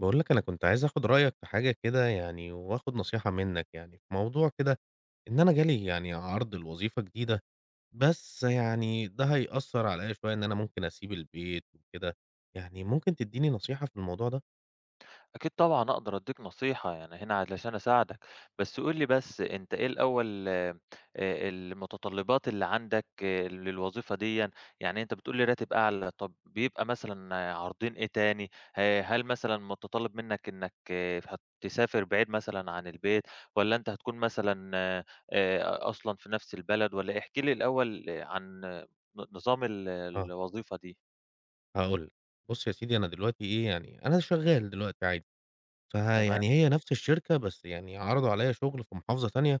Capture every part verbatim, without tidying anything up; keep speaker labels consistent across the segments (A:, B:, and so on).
A: باقول لك أنا كنت عايز آخُد رأيك في حاجة كده يعني وآخُد نصيحة منّك يعني في موضوع كده، إن أنا جالي يعني عرض لوظيفة جديدة، بس يعني ده هيأثّر عليّا شوية إن أنا ممكن أسيب البيت وكده، يعني ممكن تدّيني نصيحة في الموضوع ده؟
B: أكيد طبعًا أقدر أدّيك نصيحة، يعني هنا علشان أساعدك، بس قُل لي بس أنت إيه الأول آآ المتطلبات اللي عندك، آه، للوظيفة ديًّا، يعني أنت بتقول لي راتب أعلى، طَب بيبقى مثلًا عارضين إيه تاني؟ ه هل مثلًا متطلب منك إنك هت تسافر بعيد مثلًا عن البيت، والّا أنت هتكون مثلًا آآ أصلًا في نفس البلد والّا إيه؟ احكِ لي الأول، آه، عن ن نظام ال
A: آه.
B: الوظيفة دي.
A: هاقول لك، بُص يا سيدي أنا دلوقتي إيه، يعني أنا شغّال دلوقتي عادي،
B: تمام.
A: فيعني هي نَفْس الشركة بس يعني عرضوا عليّا شُغل في محافظة تانية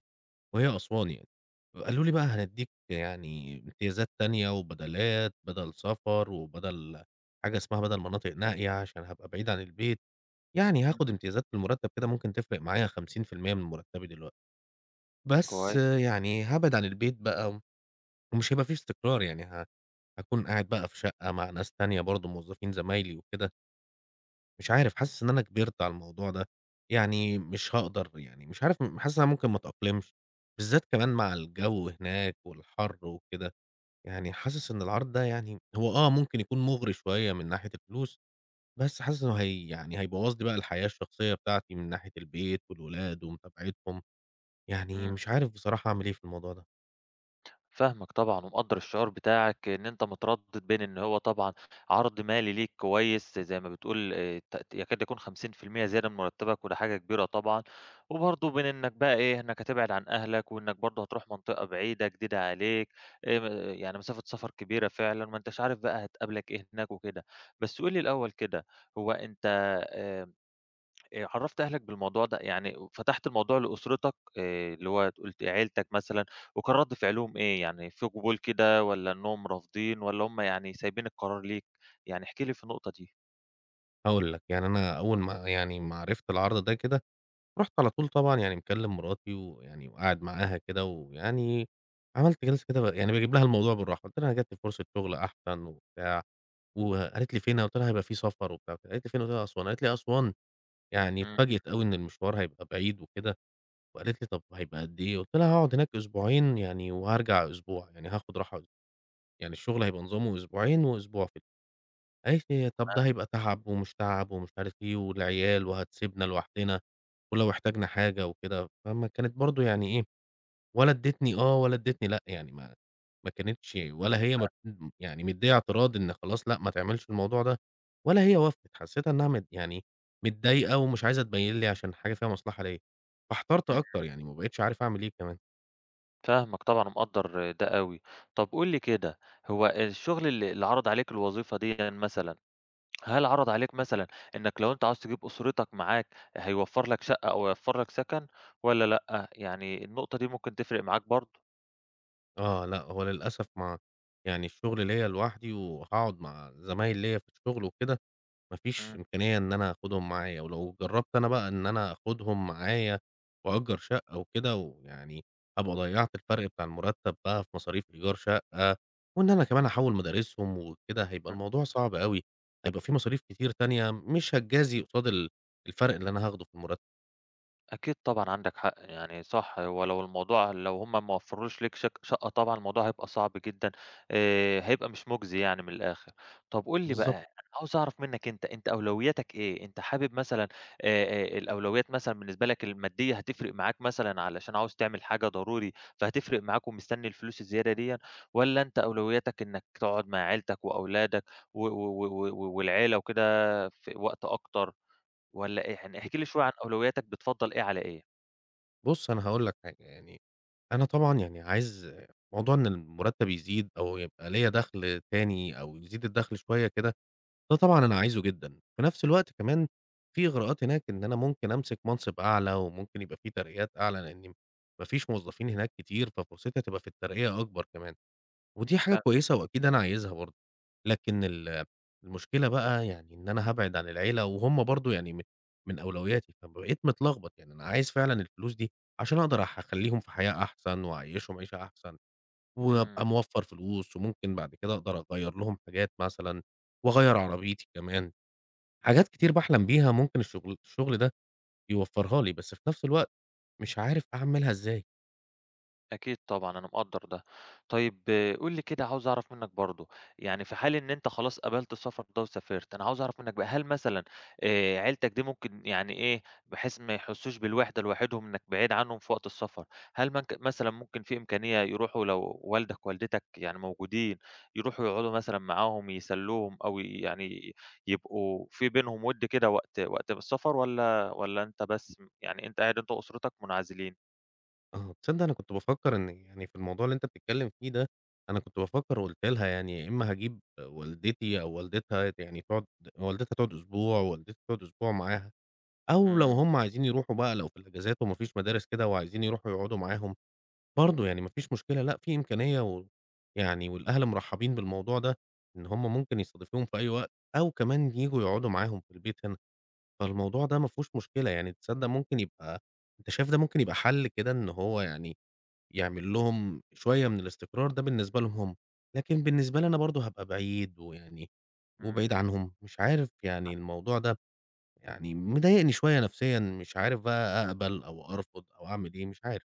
A: وهي أسوان يعني. قالوا لي بقى هندّيك يعني امتيازات تانية وبدلات بدل سفر، وبدل حاجة اسمها بدل مناطق نائية عشان هابقى بعيد عن البيت، يعني
B: إمم.
A: هاخد امتيازات في المرتب كده ممكن تفرق معايا خمسين في المية من مرتبي دلوقتي، بس
B: كويس.
A: يعني هابعد عن البيت بقى ومش هيبقى في استقرار يعني ه هاكون قاعد بقى في شقة مع ناس تانية برضه موظفين زمايلي وكده. مش عارف، حاسس إن أنا كبرت على الموضوع ده، يعني مش هاقدر يعني مش عارف م حاسس إن أنا ممكن ما أتأقلمش، بالذات كمان مع الجو هناك والحر وكده، يعني حاسس إن العرض ده يعني هو آه ممكن يكون مُغري شوية من ناحية الفلوس، بس حاسس إنه هي يعني هيبوّظ لي بقى الحياة الشخصية بتاعتي من ناحية البيت والولاد ومتابعتهم، يعني
B: إمم.
A: مش عارف بصراحة أعمل إيه في الموضوع ده.
B: فاهمك طبعًا، ومقدّر الشعور بتاعك إن أنت متردّد بين إن هو طبعًا عرض مالي ليك كويس زي ما بتقول آآ ت يكاد يكون خمسين في المئة زيادة من مرتّبك وده حاجة كبيرة طبعًا، وبرضه بين إنّك بقى إيه، إنّك هتبعد عن أهلك وإنّك برضه هتروح منطقة بعيدة جديدة عليك، آآ يعني مسافة سفر كبيرة فعلًا، ما أنتش عارف بقى هتقابلك إيه هناك وكده. بس قُل لي الأول كده، هو أنت آآ آآ عرّفت أهلك بالموضوع ده؟ يعني فتحت الموضوع لأسرتك، آآ اللي هو قُلت عيلتك مثلًا، وكان رَد فعلهم إيه؟ يعني في قبول كده والّا إنّهم رافضين والّا هم يعني سايبين القرار ليك؟ يعني احكِ لي في النقطة دي.
A: هاقول لك، يعني أنا أول ما يعني ما عرفت العرض ده كده، رُحت على طول طبعًا يعني مكلّم مراتي ويعني وقاعد معاها كده، ويعني عملت جلسة كده ب يعني باجيب لها الموضوع بالراحة، قُلت لها: "أنا جات لي فرصة شغل أحسن وبتاع." وقالت لي: "فين؟" قُلت لها: "هيبقى في سفر وبتاع." قالت لي: "فين؟" قُلت لها: "أسوان." قالت لي: "أسوان؟" يعني
B: إمم.
A: اتفاجئت أوي إن المشوار هيبقى بعيد وكده، وقالت لي: "طب هيبقى قد إيه؟" قُلت لها: "هاقعد هناك أسبوعين يعني وهارجع أسبوع، يعني هاخد راحة أس يعني الشغل هيبقى نظامه أسبوعين وأسبوع في قالت لي: طب ده هيبقى تعب ومش تعب ومش عارف إيه والعيال وهتسيبنا لوحدنا ولو احتاجنا حاجة وكده." فما كانت برضه يعني إيه، ولا ادّتني آه ولا ادّتني لأ، يعني ما ما كانتش ولا هي مت يعني مدّية اعتراض إن خلاص لأ ما تعملش الموضوع ده، ولا هي وافقت، حسّيتها إنّها مت يعني متضايقة ومش عايزة تبيّن لي عشان حاجة فيها مصلحة ليّا، فاحترت
B: إمم.
A: أكتر يعني ما بقيتش عارف أعمل إيه كمان.
B: فاهمك طبعًا ومقدّر ده أوي. طب قُل لي كده، هو الشغل اللي اللي عرض عليك الوظيفة ديًّا مثلًا، هل عرض عليك مثلًا إنّك لو أنت عاوز تجيب أسرتك معاك هيوفّر لك شقة أو هيوفّر لك سَكَن والّا لأ؟ يعني النقطة دي ممكن تفرق معاك برضه.
A: آه، لأ هو للأسف ما يعني الشغل ليّا لوحدي وهاقعد مع زمايل ليّا في الشغل وكده، ما فيش
B: إمم.
A: إمكانية إن أنا آخدهم معايا، ولو جرّبت أنا بقى إن أنا آخدهم معايا وأأجّر شقة وكده ويعني أبقى ضيّعت الفرْق بتاع المُرتّب بقى في مصاريف إيجار شقة، وإن أنا كمان أحوّل مدارسهم وكده، هيبقى
B: إمم.
A: الموضوع صعب أوي، هيبقى في مصاريف كتير تانية مش هتجازي قصاد ال الفرْق اللي أنا هاخده في المُرتّب،
B: أكيد طبعًا عندك حق، يعني صح هو لو الموضوع لو هم ما وفّروش ليك شك شقة طبعًا الموضوع هيبقى صعب جدًا، آآ هيبقى مش مُجزي يعني من الآخر. طَب قُل لي بقى،
A: بالضبط.
B: أنا عاوز أعرف منّك أنت، أنت أولوياتك إيه؟ أنت حابب مثلًا آآ آآ الأولويات مثلًا بالنسبة لك المادية هتفرق معاك مثلًا علشان عاوز تعمل حاجة ضروري فهتفرق معاك ومستني الفلوس الزيادة ديًا، والّا أنت أولوياتك إنّك تقعد مع عيلتك وأولادك و و و و والعيلة وكده في وقت أكتر؟ والّا إيه؟ يعني احكِ لي شوية عن أولوياتك، بتفضّل إيه على إيه؟
A: بُص أنا هاقول لك حاجة، يعني أنا طبعًا يعني عايز موضوع إن المُرتّب يزيد أو يبقى ليّا دخْل تاني أو يزيد الدخْل شوية كده ده طبعًا أنا عايزه جدًا، في نفس الوقت كمان في إغراءات هناك إن أنا ممكن أمسك منصب أعلى، وممكن يبقى في ترقيات أعلى، لإن ما فيش موظفين هناك كتير، ففرصتي هتبقى في الترقية أكبر كمان، ودي حاجة
B: ف
A: كويسة وأكيد أنا عايزها برضه، لكن ال المشكلة بقى يعني إن أنا هابعد عن العيلة، وهُم برضه يعني م من أولوياتي، فبقيت متلخبط، يعني أنا عايز فعلًا الفلوس دي عشان أقدر أح أخلّيهم في حياة أحسن، وأعيّشهم عيشة أحسن،
B: إمم.
A: وأبقى موفّر فلوس، وممكن بعد كده أقدر أغيّر لهم حاجات مثلًا، وأغيّر عربيتي كمان. حاجات كتير باحلم بيها ممكن الشغل الشغل ده يوفّرها لي، بس في نفس الوقت مش عارف أعملها إزاي.
B: أكيد طبعًا، أنا مقدّر ده. طيب قُل لي كده عاوز أعرف منّك برضه، يعني في حال إن أنت خلاص قبلت السفر ده وسافرت، أنا عاوز أعرف منّك بقى هل مثلًا آآ عيلتك دي ممكن يعني إيه، بحيث ما يحسّوش بالوحدة لوحدهم إنّك بعيد عنهم في وقت السفر، هل منك مثلًا ممكن في إمكانية يروحوا لو والدك ووالدتك يعني موجودين، يروحوا يقعدوا مثلًا معاهم يسلّوهم أو ي- يعني يبقوا في بينهم وِد كده وقت وقت السفر والّا والّا أنت بس م يعني أنت قاعد أنت وأسرتك منعزلين؟
A: آه، تصدّق أنا كنت بافكّر إن يعني في الموضوع اللي أنت بتتكلّم فيه ده، أنا كنت بافكّر وقُلت لها يعني يا إمّا هاجيب والدتي أو والدتها يعني تقعد والدتها تقعد أسبوع، ووالدتي تقعد أسبوع معاها، أو لو
B: إمم.
A: هُم عايزين يروحوا بقى لو في الإجازات وما فيش مدارس كده وعايزين يروحوا يقعدوا معاهم برضه يعني ما فيش مشكلة، لأ في إمكانية و يعني والأهل مرحّبين بالموضوع ده، إن هم ممكن يستضيفوهم في أي وقت أو كمان ييجوا يقعدوا معاهم في البيت هنا، فالموضوع ده ما فيهوش مشكلة، يعني تصدّق ممكن يبقى أنت شايف ده ممكن يبقى حَل كده إن هو يعني يعمل لهم شوية من الاستقرار ده بالنسبة لهم هم، لكن بالنسبة لي أنا برضه هابقى بعيد ويعني
B: إمم.
A: وبعيد عنهم، مش عارف يعني الموضوع ده يعني مضايقني شوية نفسيًا، مش عارف بقى أقبل أو أرفض أو أعمل إيه، مش عارف.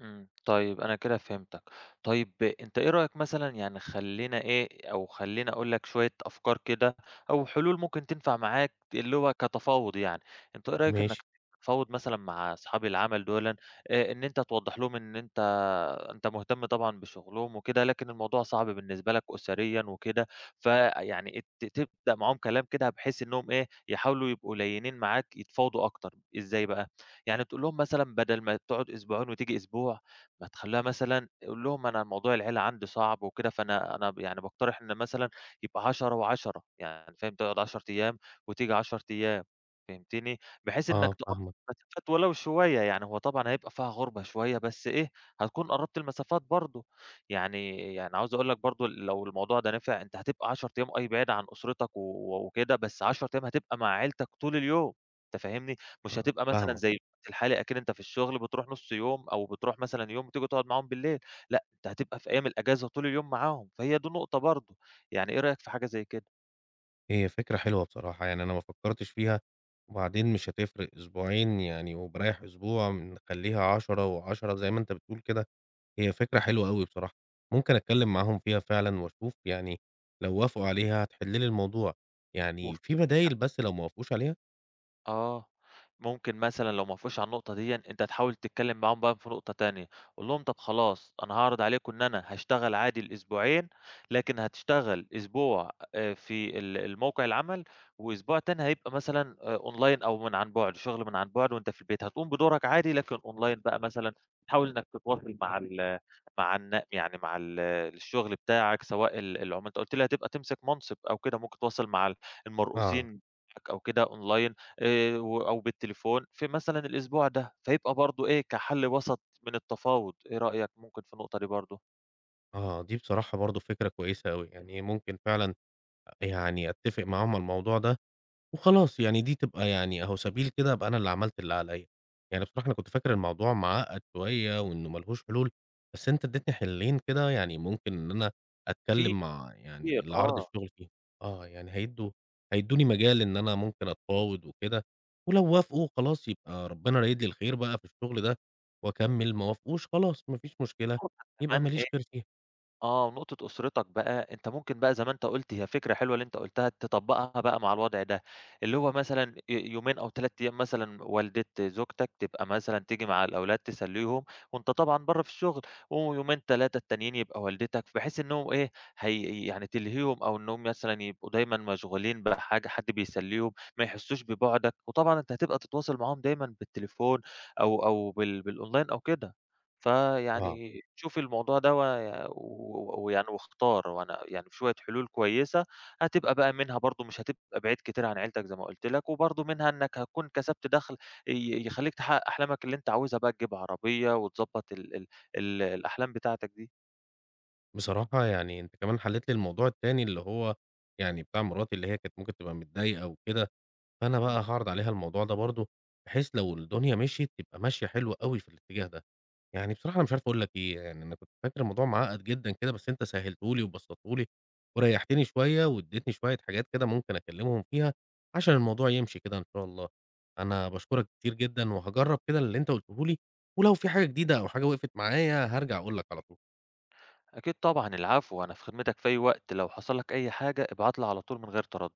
B: إمم، طيب أنا كده فهمتك. طيب أنت إيه رأيك مثلًا يعني خلّينا إيه، أو خلّيني أقول لك شوية أفكار كده أو حلول ممكن تنفع معاك اللي هو كتفاوض يعني، أنت إيه رأيك
A: ماشي،
B: إنك تتفاوض مثلًا مع أصحاب العمل دُولًا، آآ إن أنت توضّح لهم إن أنت أنت مهتم طبعًا بشغلهم وكده، لكن الموضوع صعب بالنسبة لك أسريًا وكده، فيعني ت تبدأ معاهم كلام كده بحيث إنهم إيه، يحاولوا يبقوا ليّنين معاك يتفاوضوا أكتر، إزاي بقى؟ يعني تقول لهم مثلًا بدل ما تقعد أسبوعين وتيجي أسبوع، ما تخلّيها مثلًا، قُل لهم أنا موضوع العيلة عندي صعب وكده، فأنا أنا ب يعني باقترح إن مثلًا يبقى عشر و10 يعني فاهم، تقعد 10 أيام وتيجي 10 أيام فهمتني، بحيث إنك
A: آه
B: تقرّب
A: فاهمك.
B: المسافات ولو شوية، يعني هو طبعًا هيبقى فيها غُربة شوية بس إيه، هتكون قرّبت المسافات برضه، يعني يعني عاوز أقول لك برضه لو الموضوع ده نفع أنت هتبقى 10 أيام أي بعيد عن أسرتك و و- وكده، بس 10 أيام هتبقى مع عيلتك طول اليوم، أنت فاهمني، مش
A: آه،
B: هتبقى مثلًا
A: فاهمك.
B: زي الحالي، أكيد أنت في الشغل بتروح نُص يوم أو بتروح مثلًا يوم وتيجي تقعد معاهم بالليل، لأ، أنت هتبقى في أيام الأجازة طول اليوم معاهم، فهي دي نقطة برضه، يعني إيه رأيك في حاجة زي كده؟
A: هي فكرة حلوة بصراحة، يعني أنا ما فكّرتش فيها، وبعدين مش هتفرق أسبوعين يعني وباريّح أسبوع، نخلّيها عشرة و10 زي ما أنت بتقول كده، هي فكرة حلوة أوي بصراحة، ممكن أتكلّم معاهم فيها فعلًا وأشوف يعني لو وافقوا عليها هتحِل لي الموضوع، يعني
B: وف
A: في بدايل بس لو ما وافقوش عليها؟
B: آه. ممكن مثلًا لو ما وافقوش على النقطة ديًا، أنت تحاول تتكلم معاهم بقى في نقطة تانية، قُل لهم طب خلاص أنا هاعرض عليكم إن أنا هاشتغل عادي الأسبوعين، لكن هتشتغل أسبوع آآ في ال الموقع العمل، وأسبوع تاني هيبقى مثلًا آآ أونلاين أو من عن بُعد، شغل من عن بُعد وأنت في البيت، هتقوم بدورك عادي لكن أونلاين بقى مثلًا، حاول إنك تتواصل مع ال مع الن يعني مع ال الشغل بتاعك سواء ال العم أنت قُلت لي هتبقى تمسك منصب أو كده، ممكن تتواصل مع ال
A: آه،
B: المرؤوسين بتاعك أو كده أونلاين، آآ، و أو بالتليفون في مثلًا الأسبوع ده، فيبقى برضه إيه كحل وسط من التفاوض، إيه رأيك ممكن في النقطة دي برضه؟
A: آه، دي بصراحة برضه فكرة كويسة أوي، يعني ممكن فعلًا يعني أتّفق معاهم على الموضوع ده وخلاص، يعني دي تبقى يعني أهو سبيل كده أبقى أنا اللي عملت اللي عليّا. يعني بصراحة أنا كنت فاكر الموضوع معقّد شوية وإنه ما لهوش حلول، بس أنت ادّيتني حلين كده يعني ممكن إن أنا
B: في
A: أتكلّم مع
B: كتير.
A: يعني اللي عرض
B: آه،
A: الشغل فيهم. آه، يعني هيدّوا هيدّوني مجال إن أنا ممكن أتفاوض وكده، ولو وافقوا خلاص يبقى ربنا رايد لي الخير بقى في الشغل ده وأكمّل، ما وافقوش خلاص ما فيش مشكلة،
B: نقطة
A: يبقى ما
B: كمان.
A: ليش خير فيها.
B: آه، نقطة أسرتك بقى، أنت ممكن بقى زي ما أنت قُلت هي فكرة حلوة اللي أنت قُلتها تطبّقها بقى مع الوضع ده، اللي هو مثلًا ي يومين أو 3 أيام مثلًا والدة زوجتك تبقى مثلًا تيجي مع الأولاد تسلّيهم وأنت طبعًا برّه في الشغل، ويومين تلاتة التانيين يبقى والدتك، بحيث إنّهم إيه، هي يعني تلهيهم أو إنّهم مثلًا يبقوا دايمًا مشغولين بحاجة حد بيسلّيهم، ما يحسّوش ببُعدك، وطبعًا أنت هتبقى تتواصل معاهم دايمًا بالتليفون أو أو بال بالأونلاين أو كده.
A: آه.
B: فيعني شوفي الموضوع دوّة ي و ويعني واختار، وأنا يعني بشوية حلول كويسة هتبقى بقى منها برضه مش هتبقى بعيد كتير عن عيلتك زي ما قُلت لك، وبرضه منها إنّك هتكون كسبت دخل ي يخلّيك تحقق أحلامك اللي أنت عاوزها بقى، تجيب عربية وتضبّط ال ال ال الأحلام بتاعتك دي.
A: بصراحة يعني أنت كمان حلّيت لي الموضوع التاني اللي هو يعني بتاع مراتي اللي هي كانت ممكن تبقى متضايقة وكده، فأنا
B: إمم.
A: بقى هاعرض عليها الموضوع ده برضه، بحيث لو الدنيا مشيت تبقى ماشية حلو أوي في الاتجاه ده. يعني بصراحة أنا مش عارف أقول لك إيه، يعني أنا كنت فاكر الموضوع معقّد جدًا كده، بس أنت سهّلته لي وبسّطته لي وريّحتني شوية وادّيتني شوية حاجات كده ممكن أكلّمهم فيها عشان الموضوع يمشي كده إن شاء الله. أنا باشكرك كتير جدًا وهاجرّب كده اللي أنت قُلته لي، ولو في حاجة جديدة أو حاجة وقفت معايا هارجع أقول لك على طول.
B: أكيد طبعًا، العفو، أنا في خدمتك في أي وقت، لو حصل لك أي حاجة ابعت لي على طول من غير تردُّد.